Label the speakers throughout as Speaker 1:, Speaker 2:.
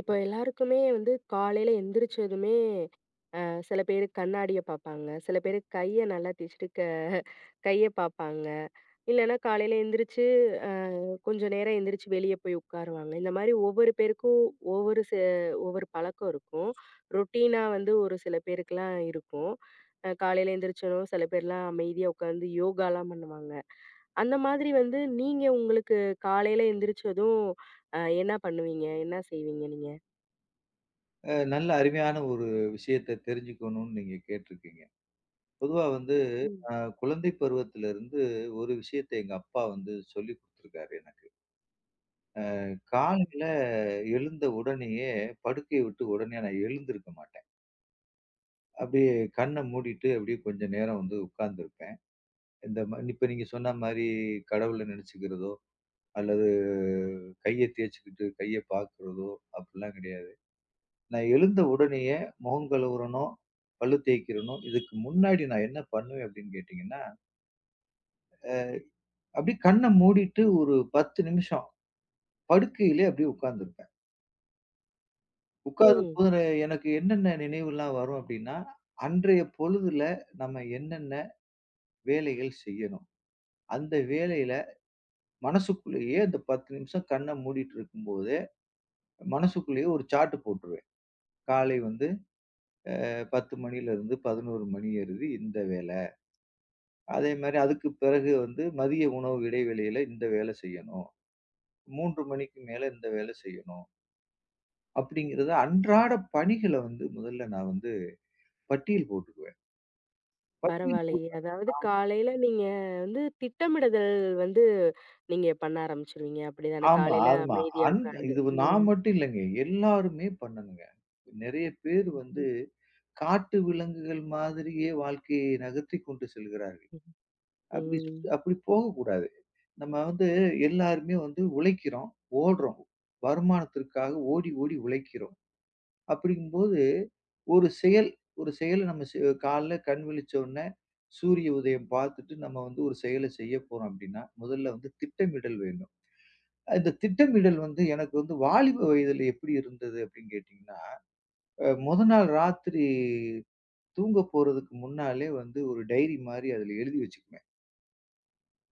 Speaker 1: இப்போ எல்லாருக்குமே வந்து காலையில எந்திரிச்சதுமே அ சில பேரு கண்ணாடிய பாப்பாங்க. சில பேரு கைய நல்லா தேய்ச்சுட்டு கைய பாப்பாங்க. இல்லன்னா காலையில எந்திரிச்சு அ கொஞ்ச நேரம் எந்திரிச்சு வெளிய போய் உட்காருவாங்க. இந்த மாரி ஒவ்வொரு பேருக்கும் ஒவ்வொரு செ ஒவ்வொரு பழக்கம் இருக்கும். ரொட்டீனா வந்து ஒரு சில பேருக்குலாம் இருக்கும். காலையில எந்திரிச்சதும் சில பேர்லாம் அமைதியா உட்காந்து யோகாலாம் பண்ணுவாங்க. அந்த மாதிரி வந்து நீங்க உங்களுக்கு காலையில எந்திரிச்சதும் என்ன பண்ணுவீங்க? என்ன செய்வீங்க நீங்க?
Speaker 2: நல்ல அருமையான ஒரு விஷயத்த தெரிஞ்சுக்கணும்னு நீங்க கேட்டிருக்கீங்க. பொதுவா வந்து அ குழந்தை பருவத்திலிருந்து ஒரு விஷயத்த எங்க அப்பா வந்து சொல்லிக் குடுத்துருக்காரு எனக்கு. காலையில எழுந்த உடனேயே படுக்கைய விட்டு உடனே நான் எழுந்திருக்க மாட்டேன். அப்படியே கண்ண மூடிட்டு அப்படியே கொஞ்ச நேரம் வந்து உட்கார்ந்திருப்பேன். இந்த இப்ப நீங்க சொன்ன மாரி கடவுள நினைச்சுக்கிறதோ, அல்லது கைய தேய்ச்சுக்கிட்டு கைய பார்க்கிறதோ அப்படிலாம் கிடையாது. நான் எழுந்த உடனேயே முகம் கழுவுறணும், பல்லு தேய்க்கிறணும். இதுக்கு முன்னாடி நான் என்ன பண்ணுவேன் அப்படின்னு கேட்டீங்கன்னா, அப்படியே கண்ண மூடிட்டு ஒரு 10 நிமிஷம் படுக்கையிலே அப்படியே உட்கார்ந்துருப்பேன். ம்.
Speaker 1: ம்.
Speaker 2: உட்காரும்போது எனக்கு என்னென்ன நினைவுலாம் வரும் அப்படின்னா, அன்றைய பொழுதுல நம்ம என்னென்ன வேலைகள் செய்யணும்? அந்த வேலையில மனசுக்குள்ளேயே அந்த 10 நிமிஷம் கண்ண மூடிட்டு இருக்கும்போதே, மனசுக்குள்ளேயே ஒரு சார்ட் போட்டுருவேன். காலை வந்து 10 மணியிலிருந்து 11 மணி வரையும் இந்த வேல. அதே மாரி அதுக்கு பிறகு வந்து மதிய உணவு இடைவேளையில இந்த வேலை செய்யணும். 3 மணிக்கு மேல இந்த வேலை செய்யணும். அப்படிங்கிறத அன்றாட பணிகள வந்து முதல்ல நான் வந்து பட்டியல் போட்டுக்குவேன். பட்டியல்
Speaker 1: பரவாயில்லையே.
Speaker 2: போட்டு
Speaker 1: அதாவது காலையில நீங்க வந்து திட்டமிடுதல் வந்து நீங்க பண்ண ஆரம்பிச்சுருவீங்க. அப்படிதானே?
Speaker 2: ஆமா,
Speaker 1: காலையில
Speaker 2: ஆமா.
Speaker 1: அமைதியா
Speaker 2: அன்
Speaker 1: உட்கார்ந்து.
Speaker 2: இது
Speaker 1: ம்.
Speaker 2: நான் மட்டும் இல்லைங்க. எல்லாருமே பண்ணணுங்க. நெறைய பேர்
Speaker 1: ம்.
Speaker 2: வந்து காட்டு விலங்குகள் மாதிரியே வாழ்க்கையை நகர்த்திக் கொண்டு செல்கிறார்கள். அப்படி
Speaker 1: ம்.
Speaker 2: அப்படி போகக்கூடாது. நம்ம வந்து எல்லாருமே வந்து உழைக்கிறோம், ஓடுறோம். வருமானத்திற்காக ஓடி ஓடி உழைக்கிறோம். அப்படிங்கும்போது, ஒரு செயல் ஒரு செயல நம்ம செ காலைல கண் விழிச்ச உடனே, சூரிய உதயம் பார்த்துட்டு நம்ம வந்து ஒரு செயல செய்ய போறோம் அப்படின்னா, முதல்ல வந்து திட்டமிடல் வேணும். இந்த திட்டமிடல் வந்து எனக்கு வந்து வாலிப வயதில எப்படி இருந்தது அப்படின்னு கேட்டீங்கன்னா, மொத நாள் ராத்திரி தூங்க போறதுக்கு முன்னாலே வந்து ஒரு டைரி மாரி அதில எழுதி வச்சுக்குவேன்.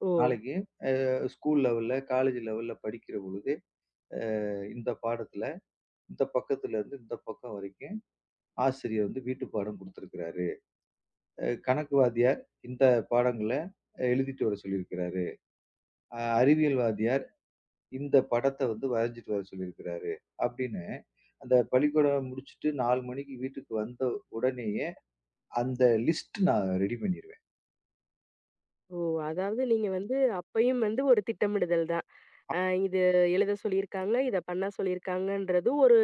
Speaker 1: ஓ!
Speaker 2: நாளைக்கு ஸ்கூல் லெவல்ல, காலேஜ் லெவல்ல படிக்கிற பொழுது, அ இந்த பாடத்தில, இந்த பக்கத்திலருந்து இந்த பக்கம் வரைக்கும் ஆசிரியர் வந்து வீட்டுப்பாடம் குடுத்திருக்கிறாரு. கணக்கு வாத்தியார் இந்த பாடங்கள எழுதிட்டு வர சொல்லியிருக்கிறாரு. அறிவியல் வாத்தியார் இந்த படத்த வந்து வரைஞ்சுட்டு வர சொல்லியிருக்கிறாரு. அப்படின்னு அந்த பள்ளிக்கூடம் முடிச்சுட்டு 4 மணிக்கு வீட்டுக்கு வந்த உடனேயே அந்த லிஸ்ட் நான் ரெடி பண்ணிருவேன்.
Speaker 1: ஓ! அதாவது நீங்க வந்து அப்பயும் வந்து ஒரு திட்டமிடுதல் தான். அ இது எழுத சொல்லியிருக்காங்க, இத பண்ண சொல்லியிருக்காங்கன்றது ஒரு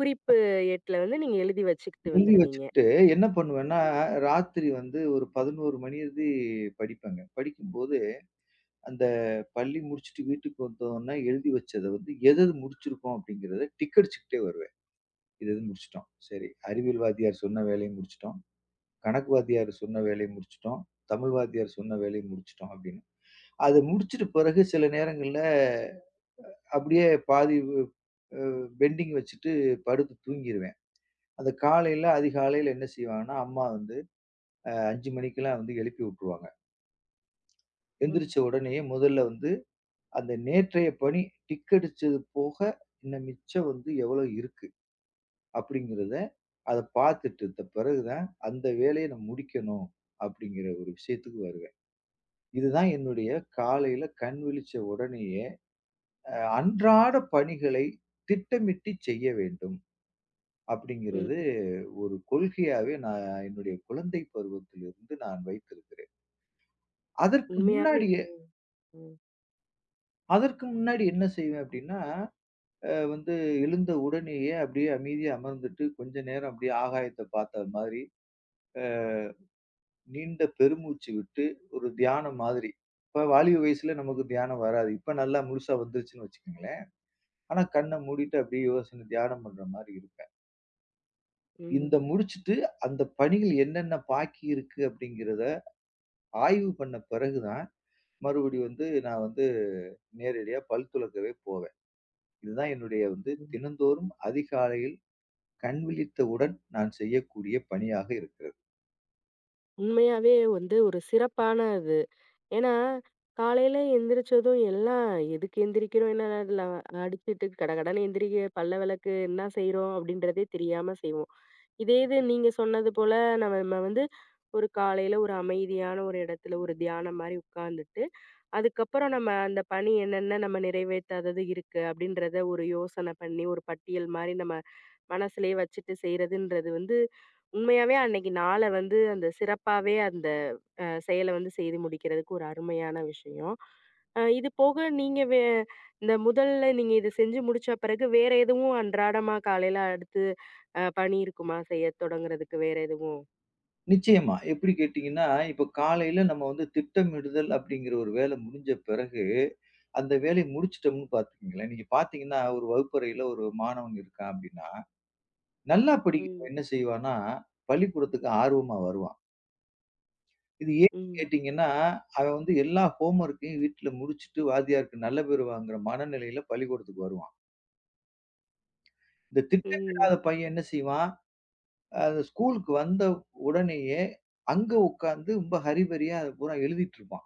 Speaker 1: குறிப்பு ஏட்டுல வந்து நீங்க எழுதி வச்சுக்கிட்டு
Speaker 2: எழுதி
Speaker 1: வந்துருவீங்க.
Speaker 2: வச்சுக்கிட்டு என்ன பண்ணுவேன்னா,
Speaker 1: ம்.
Speaker 2: ராத்திரி வந்து ஒரு 11 மணி வரைதி படிப்பேங்க. படிக்கும்போது அந்த பள்ளி முடிச்சுட்டு வீட்டுக்கு வந்தோனே எழுதி வச்சத வந்து எதெது முடிச்சிருக்கோம் அப்படிங்கிறத டிக் அடிச்சுக்கிட்டே வருவேன். இது இது முடிச்சுட்டோம். சரி அறிவியல் வாத்தியார் சொன்ன வேலையும் முடிச்சுட்டோம். கணக்கு வாத்தியார் சொன்ன வேலைய முடிச்சுட்டோம். தமிழ் வாத்தியார் சொன்ன வேலைய முடிச்சுட்டோம் அப்படின்னு. அது முடிச்சுட்ட பிறகு சில நேரங்கள்ல அப்படியே பாதி வ் அ பெண்டிங் வச்சுட்டு படுத்து தூங்கிருவேன். அந்த காலையில அதிகாலையில என்ன செய்வாங்கன்னா, அம்மா வந்து 5 மணிக்கெல்லாம் வந்து எழுப்பி விட்டுருவாங்க.
Speaker 1: ம்.
Speaker 2: எந்திரிச்ச உடனேயே முதல்ல வந்து அந்த நேற்றைய பணி டிக் அடிச்சது போக இன்னும் மிச்சம் வந்து எவ்வளோ இருக்கு அப்படிங்கிறத அத பார்த்துட்டு பிறகு தான் அந்த வேலைய நான் முடிக்கணும் அப்படிங்கிற ஒரு விஷயத்துக்கு வருவேன். இதுதான் என்னுடைய காலையில கண் விழிச்ச உடனேயே அன்றாட பணிகளை திட்டமிட்டு செய்ய வேண்டும் அப்படிங்கிறது
Speaker 1: ம்.
Speaker 2: ஒரு கொள்கையாவே நான் என்னுடைய குழந்தை பருவத்திலிருந்து நான் வைத்திருக்கிறேன். அதற்கு
Speaker 1: உண்மையாவே
Speaker 2: முன்னாடியே
Speaker 1: ம்.
Speaker 2: அதற்கு முன்னாடி என்ன செய்வேன் அப்படின்னா, வந்து எழுந்த உடனேயே அப்படியே அமைதியா அமர்ந்துட்டு கொஞ்ச நேரம் அப்படியே ஆகாயத்த பார்த்த மாதிரி, அ நீண்ட பெருமூச்சு விட்டு ஒரு தியானம் மாதிரி. இப்ப வாலிப வயசுல நமக்கு தியானம் வராது. இப்ப நல்லா முழுசா வந்துருச்சுன்னு வச்சுக்கோங்களேன். ஆனா கண்ண மூடிட்டு அப்படியே யோசனை தியானம் பண்ற மாரி இருப்பேன். இந்த
Speaker 1: ம்.
Speaker 2: முடிச்சுட்டு அந்த பணிகள் என்னென்ன பாக்கி இருக்கு அப்படிங்கிறத ஆய்வு பண்ண பிறகு தான் மறுபடியும் வந்து நான் வந்து நேரடியா பல் துலக்கவே போவேன். இதுதான் என்னுடைய வந்து
Speaker 1: ம்.
Speaker 2: தினந்தோறும் அதிகாலையில் கண் விழித்தவுடன் நான் செய்யக்கூடிய பணியாக இருக்கிறது.
Speaker 1: உண்மையாவே வந்து ஒரு சிறப்பான இது. ஏன்னா, காலையில எந்திரிச்சதும் எல்லாம் எதுக்கு எந்திரிக்கிறோம்? என்ன அதுல அடிச்சுட்டு கடகடன்னு எந்திரிக்க பல்ல விளக்கு, என்ன செய்றோம்? அப்படின்றதே தெரியாம செய்வோம். இதே இது நீங்க சொன்னது போல நம்ம வந்து ஒரு காலையில ஒரு அமைதியான ஒரு இடத்துல ஒரு தியானம் மாரி உட்கார்ந்துட்டு, அதுக்கப்புறம் நம்ம அந்த பணி என்னென்ன நம்ம நிறைவேற்றாதது இருக்கு அப்படின்றத ஒரு யோசனை பண்ணி ஒரு பட்டியல் மாரி நம்ம மனசுலயே வச்சுட்டு செய்றதுன்றது வந்து உண்மையாவே அன்னைக்கு நாள வந்து அந்த சிறப்பாவே அந்த செயல வந்து செய்து முடிக்கிறதுக்கு ஒரு அருமையான விஷயம். இது போக நீங்க இந்த முதல்ல நீங்க இத செஞ்சு முடிச்ச பிறகு வேற எதுவும் அன்றாடமா காலையில அடுத்து பணி இருக்குமா? செய்ய தொடங்குறதுக்கு வேற எதுவும்?
Speaker 2: நிச்சயமா. எப்படி கேட்டீங்கன்னா, இப்ப காலையில நம்ம வந்து திட்டமிடுதல் அப்படிங்கிற ஒரு வேலை முடிஞ்ச பிறகு, அந்த வேலைய முடிச்சுட்டோம்ன்னு பாத்துக்கங்களேன். நீங்க பாத்தீங்கன்னா ஒரு வகுப்பறையில ஒரு மாணவன் இருக்கான் அப்படின்னா நல்லா படிக்கிறவன்
Speaker 1: ம்.
Speaker 2: என்ன செய்வான்னா, பள்ளிக்கூடத்துக்கு ஆர்வமா வருவான். இது ஏன்னு
Speaker 1: ம்.
Speaker 2: கேட்டீங்கன்னா, அவன் வந்து எல்லா ஹோம் ஒர்க்கையும் வீட்ல முடிச்சுட்டு வாத்தியாருக்கு நல்ல பேர் வாங்குற மனநிலையில பள்ளிக்கூடத்துக்கு வருவான். இந்த
Speaker 1: ம்.
Speaker 2: திட்டமிடாத பையன் என்ன செய்வான், அது ஸ்கூலுக்கு வந்த உடனேயே அங்க உட்கார்ந்து ரொம்ப ஹரிபரியா அத பூரா எழுதிட்டு இருப்பான்.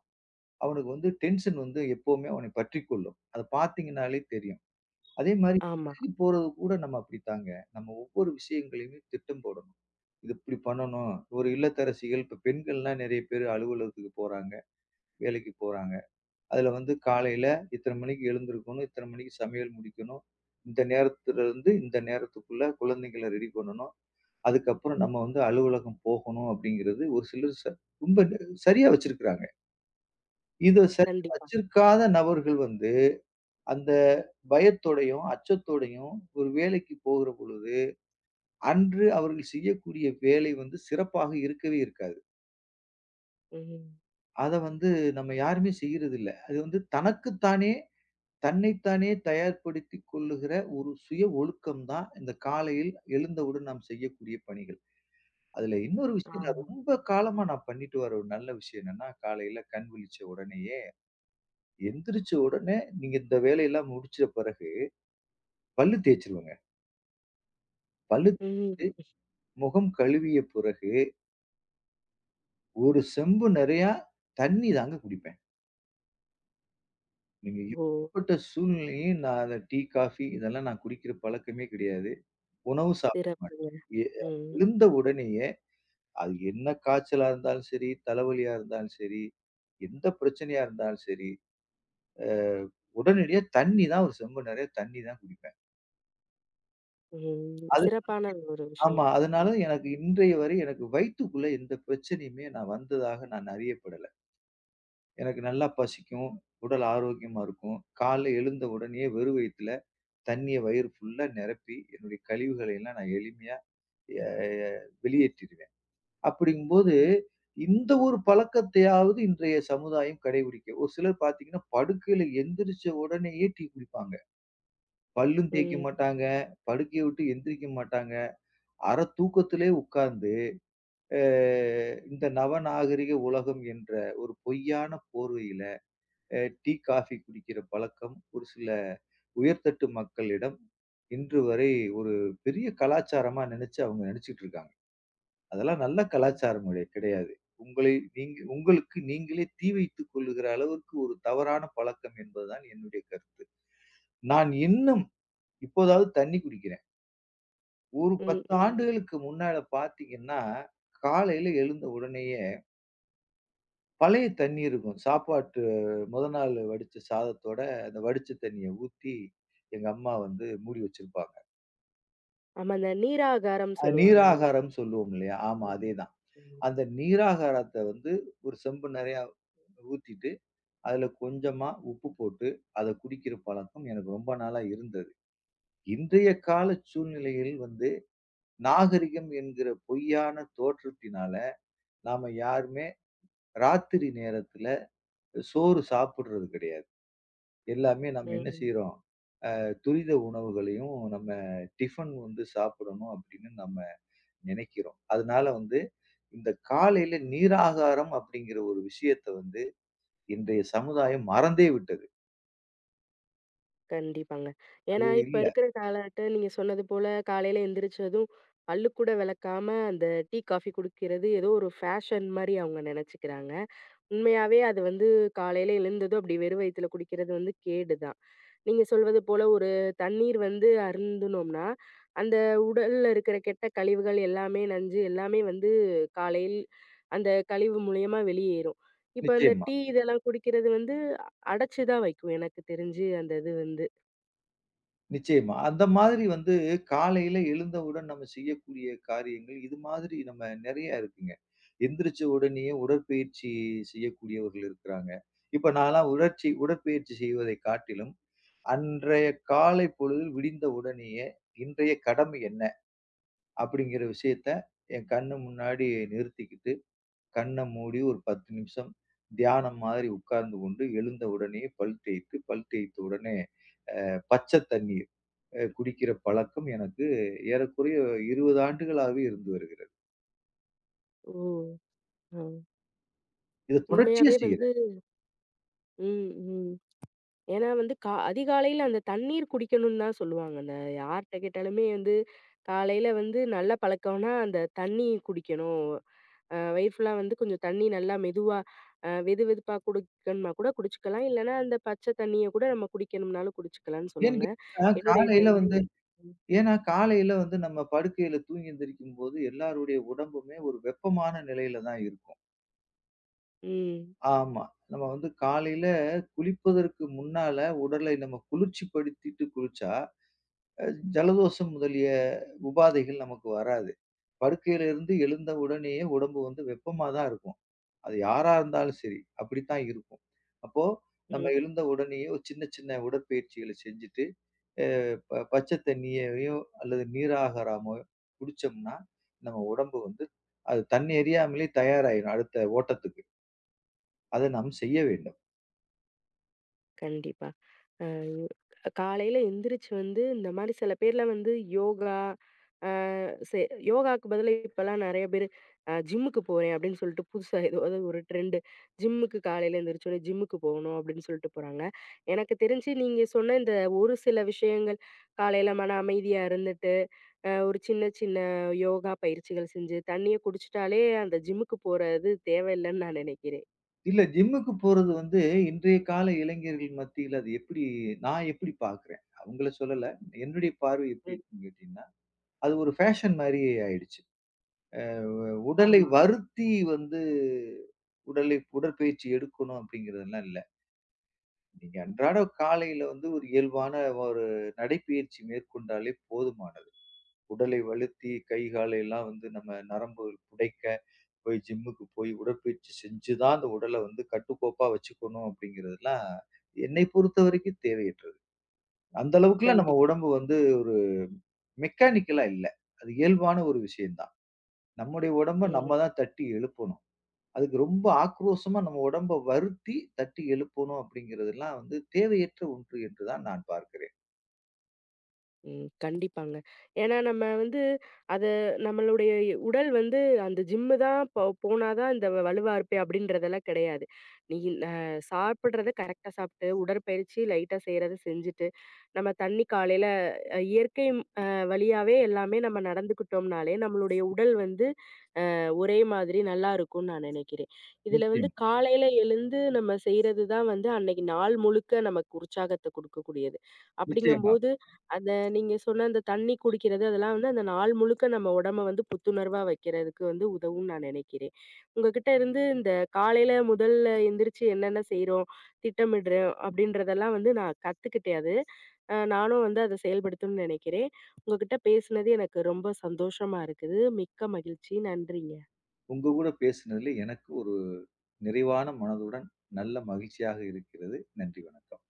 Speaker 2: அவனுக்கு வந்து டென்ஷன் வந்து எப்பவுமே அவனை பற்றிக்கொள்ளும். அத பார்த்தீங்கன்னாலே தெரியும். அதே மாரி
Speaker 1: ஆமா.
Speaker 2: வேலைக்கு போறது கூட நம்ம அப்படித்தாங்க. நம்ம ஒவ்வொரு விஷயங்களையுமே திட்டம் போடணும். இது இப்படி பண்ணணும். ஒரு இல்லத்தரசிகள் இப்ப பெண்கள்லாம் நெறைய பேரு அலுவலகத்துக்கு போறாங்க, வேலைக்கு போறாங்க. அதுல வந்து காலையில இத்தன மணிக்கு எழுந்திருக்கணும், இத்தன மணிக்கு சமையல் முடிக்கணும். இந்த நேரத்துலருந்து இந்த நேரத்துக்குள்ள குழந்தைங்கள ரெடி பண்ணணும். அதுக்கப்புறம் நம்ம வந்து அலுவலகம் போகணும் அப்படிங்கிறது ஒரு சிலர் ரொம்ப சரியா வச்சிருக்கிறாங்க. இத சரியா
Speaker 1: கண்டிப்பா.
Speaker 2: வச்சிருக்காத நபர்கள் வந்து அந்த பயத்தோடையும், அச்சத்தோடையும் ஒரு வேலைக்கு போகிற பொழுது, அன்று அவர்கள் செய்யக்கூடிய வேலை வந்து சிறப்பாக இருக்கவே இருக்காது.
Speaker 1: ம்.
Speaker 2: அத வந்து நம்ம யாருமே செய்யறதில்ல. அது வந்து தனக்குத்தானே, தன்னைத்தானே தயார்படுத்திக் கொள்ளுகிற ஒரு சுய ஒழுக்கம் தான் இந்த காலையில் எழுந்தவுடன் நாம் செய்யக்கூடிய பணிகள். அதுல இன்னொரு விஷயம் நான்
Speaker 1: ஆமா.
Speaker 2: ரொம்ப காலமா நான் பண்ணிட்டு வர ஒரு நல்ல விஷயம் என்னன்னா, காலையில கண் விழிச்ச உடனேயே, எந்திரிச்ச உடனே நீங்க இந்த வேலையெல்லாம் முடிச்ச பிறகு பல்லு தேய்ச்சிருவேங்க. பல்லு தே-
Speaker 1: ம்.
Speaker 2: முகம் கழுவிய பிறகு, ஒரு செம்பு நிறையா தண்ணி தாங்க குடிப்பேன். நீங்க
Speaker 1: ஓ!
Speaker 2: எப்பேற்பட்ட சூழ்நிலையும் நான் அத டீ, காஃபி இதெல்லாம் நான் குடிக்கிற பழக்கமே கிடையாது. உணவு சாப்பிட
Speaker 1: சிறப்புங்க.
Speaker 2: மாட்டேன். எ
Speaker 1: ம்.
Speaker 2: எழுந்த உடனேயே அது என்ன காய்ச்சலா இருந்தாலும் சரி, தலைவலியா இருந்தாலும் சரி, எந்த பிரச்சனையா இருந்தாலும் சரி, அ உடனடியா தண்ணி தான் ஒரு செம்பு நெறைய தண்ணி தான் குடிப்பேன்.
Speaker 1: ம்.
Speaker 2: அது
Speaker 1: சிறப்பான ஒரு விஷயம்.
Speaker 2: ஆமா. அதனால
Speaker 1: ம்.
Speaker 2: எனக்கு இன்றைய வரை எனக்கு வயித்துக்குள்ள எந்த பிரச்சனையுமே நான் வந்ததாக நான் அறியப்படல. எனக்கு நல்லா பசிக்கும், உடல் ஆரோக்கியமா இருக்கும். காலைல எழுந்த உடனேயே வெறும் வயித்துல தண்ணிய வயிறு ஃபுல்லா நிரப்பி, என்னுடைய கழிவுகளை எல்லாம் நான் எளிமையா எ வெளியேற்றிருவேன். அப்படிங்கும்போது,
Speaker 1: ம்.
Speaker 2: இந்த ஒரு பழக்கத்தையாவது இன்றைய சமுதாயம் கடைபிடிக்க ஒரு சிலர் பார்த்தீங்கன்னா, படுக்கையில எந்திரிச்ச உடனேயே டீ குடிப்பாங்க. பல்லும் தேய்க்க
Speaker 1: ம்.
Speaker 2: மாட்டாங்க, படுக்கைய விட்டு எந்திரிக்க மாட்டாங்க. அரை தூக்கத்திலே உட்கார்ந்து, அ இந்த நவநாகரிக உலகம் என்ற ஒரு பொய்யான போர்வையில, டீ, காஃபி குடிக்கிற பழக்கம் ஒரு சில உயர்தட்டு மக்களிடம் இன்று வரை ஒரு பெரிய கலாச்சாரமா நெனச்சு அவங்க நடிச்சுட்டு இருக்காங்க. அதெல்லாம் நல்ல கலாச்சாரம் கிடையாது. உங்களை நீங்க உங்களுக்கு நீங்களே தீ வைத்துக் கொள்ளுகிற அளவுக்கு ஒரு தவறான பழக்கம் என்பதுதான் என்னுடைய கருத்து. நான் இன்னும் இப்போதாவது தண்ணீ குடிக்கிறேன். ஒரு
Speaker 1: ம்.
Speaker 2: 10
Speaker 1: ம்.
Speaker 2: ஆண்டுகளுக்கு முன்னால பார்த்தீங்கன்னா, காலையில எழுந்த உடனேயே பழைய தண்ணீ இருக்கும். சாப்பாட்டு முத நாள் வடிச்ச சாதத்தோட அந்த வடிச்ச தண்ணீய ஊத்தி எங்க அம்மா வந்து மூடி வச்சிருப்பாங்க.
Speaker 1: ஆமா. அந்த நீராகாரம்
Speaker 2: அது
Speaker 1: சொல்லுவாங்கல்ல.
Speaker 2: நீராகாரம் சொல்லுவோம் இல்லையா? ஆமா
Speaker 1: ம்.
Speaker 2: அதேதான்.
Speaker 1: ம்.
Speaker 2: அந்த நீராகாரத்த வந்து ஒரு செம்பு நெறையா ஊத்திட்டு அதுல கொஞ்சமா உப்பு போட்டு அத குடிக்கிற பழக்கம் எனக்கு ரொம்ப நாளா இருந்தது. இன்றைய கால
Speaker 1: ம்.
Speaker 2: சூழ்நிலையில் வந்து நாகரிகம் என்கிற பொய்யான தோற்றத்தினால, நாம யாருமே ராத்திரி நேரத்துல சோறு சாப்பிடுறது கிடையாது. எல்லாமே நம்ம என்ன
Speaker 1: ம்.
Speaker 2: செய்றோம்? துரித உணவுகளையும் நம்ம டிஃபன் வந்து சாப்பிடணும் அப்படின்னு நம்ம நினைக்கிறோம். அதனால வந்து இந்த காலையில நீராகாரம் அப்படிங்கிற ஒரு விஷயத்த வந்து இன்றைய சமுதாயம் மறந்தே விட்டது.
Speaker 1: கண்டிப்பாங்க. ஏன்னா,
Speaker 2: அது
Speaker 1: இப்ப
Speaker 2: இல்ல.
Speaker 1: இருக்கிற காலகட்டம் நீங்க சொன்னது போல காலையில எந்திரிச்சதும் பல்லு கூட விளக்காம அந்த டீ, காஃபி குடிக்கிறது ஏதோ ஒரு ஃபேஷன் மாரி அவங்க நெனச்சுக்கிறாங்க. உண்மையாவே அது வந்து காலையில எழுந்ததும் அப்படி வெறும் வயித்துல குடிக்கிறது வந்து கேடுதான். நீங்க சொல்வது போல ஒரு தண்ணீர் வந்து அருந்துனோம்னா, அந்த உடல்ல இருக்கிற கெட்ட கழிவுகள் எல்லாமே நஞ்சு எல்லாமே வந்து காலையில் அந்த கழிவு மூலியமா வெளியேறும். இப்ப அந்த
Speaker 2: நிச்சயமா.
Speaker 1: டீ இதெல்லாம் குடிக்கிறது வந்து அடைச்சு தான் வைக்கும் எனக்கு தெரிஞ்சு அந்த இது வந்து.
Speaker 2: நிச்சயமா. அந்த மாதிரி வந்து காலையில எழுந்தவுடன் நம்ம செய்யக்கூடிய காரியங்கள், இது மாதிரி நம்ம நெறைய இருக்குங்க. எந்திரிச்ச உடனேயே உடற்பயிற்சி செய்யக்கூடியவர்கள் இருக்கிறாங்க. இப்ப நான்லாம் உடற்பயிற்சி செய்வதை காட்டிலும், அன்றைய காலை பொழுதில் விடிந்த உடனேயே, "இன்றைய கடமை என்ன?" அப்படிங்கிற விஷயத்த என் கண்ணு முன்னாடி நிறுத்திக்கிட்டு, கண்ண மூடி ஒரு 10 நிமிஷம் தியானம் மாதிரி உட்கார்ந்து கொண்டு, எழுந்த உடனே பல் தேய்த்து, பல் தேய்த்த உடனே பச்ச தண்ணீர் குடிக்கிற பழக்கம் எனக்கு ஏறக்குறைய 20 ஆண்டுகளாவே இருந்து வருகிறது.
Speaker 1: ஓ! ஆ.
Speaker 2: இத தொடர்ச்சியா
Speaker 1: உண்மையாவே வந்து
Speaker 2: செய்றேன்.
Speaker 1: ம், ம். ஏன்னா வந்து அதிகாலையில அந்த தண்ணீர் குடிக்கணும்னு தான் சொல்லுவாங்க. அந்த யார்ட்ட கேட்டாலுமே வந்து காலையில வந்து நல்ல பழக்கம்னா, அந்த தண்ணி குடிக்கணும். வயிறு ஃபுல்லா வந்து கொஞ்சம் தண்ணி நல்லா மெதுவா வெது வெதுப்பா குடிக்கணும்னா கூட குடிச்சுக்கலாம். இல்லன்னா அந்த பச்சை தண்ணிய கூட நம்ம குடிக்கணும்னாலும் குடிச்சுக்கலாம்னு
Speaker 2: ஏன்னு
Speaker 1: சொல்லுவாங்க.
Speaker 2: கேட்டா,
Speaker 1: என்னுடைய
Speaker 2: காலையில
Speaker 1: தந்தை
Speaker 2: வந்து
Speaker 1: ம்,
Speaker 2: ஏன்னா காலையில வந்து நம்ம படுக்கையில தூங்கி எந்திரிக்கும்போது எல்லாருடைய உடம்புமே ஒரு வெப்பமான நிலையில தான் இருக்கும்.
Speaker 1: ம்.
Speaker 2: ஆமா. நம்ம வந்து காலையில குளிப்பதற்கு முன்னால உடலை நம்ம குளிர்ச்சிப்படுத்திட்டு குளிச்சா, அ ஜலதோஷம் முதலிய உபாதைகள் நமக்கு வராது. படுக்கையில இருந்து எழுந்த உடனேயே உடம்பு வந்து வெப்பமா தான் இருக்கும். அது யாரா இருந்தாலும் சரி, அப்படித்தான் இருக்கும். அப்போ நம்ம எழுந்த உடனேயே ஒரு சின்ன சின்ன உடற்பயிற்சிகள செஞ்சுட்டு, அ ப பச்சை தண்ணியையோ அல்லது நீராகாரமோ குடிச்சோம்னா, நம்ம உடம்பு வந்து அது தண்ணி எரியாமலே தயாராயிரும் அடுத்த ஓட்டத்துக்கு. அத நாம் செய்ய வேண்டும்.
Speaker 1: கண்டிப்பா. அ. காலையில எந்திரிச்சு வந்து இந்த மாரி சில பேர்லாம் வந்து யோகா, அ செ யோகாக்கு பதிலா இப்பலாம் நெறைய பேரு ஜிம்முக்கு போறேன் அப்படின்னு சொல்லிட்டு புதுசா ஏதாவது ஒரு ட்ரெண்டு. ஜிம்முக்கு காலையில எந்திரிச்சோனே ஜிம்முக்கு போகணும் அப்படின்னு சொல்லிட்டு போறாங்க. எனக்கு தெரிஞ்சு நீங்க சொன்ன இந்த ஒரு சில விஷயங்கள் காலையில மன அமைதியா இருந்துட்டு, ஒரு சின்ன சின்ன யோகா பயிற்சிகள் செஞ்சு, தண்ணிய குடிச்சிட்டாலே அந்த ஜிம்முக்கு போறது தேவையில்லன்னு நான் நினைக்கிறேன்.
Speaker 2: இல்ல ஜிம்முக்கு போறது வந்து இன்றைய கால இளைஞர்கள் மத்தியில அது எப்படி நான் எப்படி பார்க்குறேன்? அவங்கள சொல்லல. என்னுடைய பார்வை எப்படி
Speaker 1: ம்.
Speaker 2: இருக்குன்னு கேட்டீங்கன்னா, அது ஒரு ஃபேஷன் மாரி ஆயிடுச்சு. உடலை
Speaker 1: ஆமா.
Speaker 2: வருத்தி வந்து உடலை உடற்பயிற்சி எடுக்கணும் அப்படிங்கிறதெல்லாம் இல்ல. நீங்க அன்றாட காலையில வந்து ஒரு இயல்பான ஒரு நடைப்பயிற்சி மேற்கொண்டாலே போதுமானது. உடலை வலுத்தி கை, காலை எல்லாம் வந்து நம்ம நரம்பு புடைக்க, போய் ஜிம்முக்கு போய் உடற்பயிற்சி செஞ்சு தான் அந்த உடல வந்து கட்டுக்கோப்பா வச்சுக்கணும் அப்படிங்கிறதெல்லாம் என்னை பொறுத்தவரைக்கும் தேவையற்றது. அந்த அளவுக்குலாம் நம்ம
Speaker 1: கண்டிப்பா.
Speaker 2: உடம்பு வந்து ஒரு மெக்கானிக்கலா இல்ல. அது இயல்பான ஒரு விஷயம் தான். நம்முடைய உடம்ப நம்ம
Speaker 1: ம்.
Speaker 2: தான் தட்டி எழுப்பணும். அதுக்கு ரொம்ப ஆக்ரோஷமா நம்ம உடம்ப வருத்தி தட்டி எழுப்பணும் அப்படிங்கிறதெல்லாம் வந்து தேவையற்ற ஒன்று என்று தான் நான் பார்க்கிறேன்.
Speaker 1: ம். கண்டிப்பாங்க. ஏன்னா நம்ம வந்து அது நம்மளுடைய உடல் வந்து அந்த ஜிம்மு தான் போ போனா தான் இந்த வலுவா இருப்பே அப்படின்றதெல்லாம் கிடையாது. நீ அ சாப்பிடுறத கரெக்ட்டா சாப்பிட்டு, உடற்பயிற்சி லைட்டா செய்றத செஞ்சுட்டு, நம்ம தண்ணி காலையில இயற்கை அ வழியாவே எல்லாமே நம்ம நடந்துக்கிட்டோம்னாலே நம்மளுடைய உடல் வந்து ஒரே மாதிரி நல்லாருக்கும்னு நான் நினைக்கிறேன். இதுல வந்து
Speaker 2: நிச்சயமா,
Speaker 1: காலையில எழுந்து நம்ம செய்றது தான் வந்து அன்னைக்கு நாள் முழுக்க நமக்கு உற்சாகத்த குடுக்கக்கூடியது.
Speaker 2: நிச்சயமா.
Speaker 1: அப்படிங்கும்போது, அந்த நீங்க சொன்ன அந்த தண்ணி குடிக்கிறது அதெல்லாம் வந்து அந்த நாள் முழுக்க நம்ம உடம்ப வந்து புத்துணர்வா வைக்கிறதுக்கு வந்து உதவும்னு நான் நினைக்கிறேன். உங்ககிட்ட இருந்து இந்த காலையில முதல்ல எந்திரிச்சு என்னென்ன செய்றோம், திட்டமிடுறோம் அப்படின்றதெல்லாம் வந்து நான் கத்துக்கிட்டேன் அது. நானும் வந்து அத செயல்படுத்தணும்னு நினைக்கிறேன். உங்ககிட்ட பேசுனது எனக்கு ரொம்ப சந்தோஷமா இருக்குது. மிக்க மகிழ்ச்சி. நன்றிங்க.
Speaker 2: உங்க கூட பேசினதுல எனக்கு ஒரு நிறைவான மனதுடன் நல்ல மகிழ்ச்சியாக இருக்கிறது. நன்றி, வணக்கம்.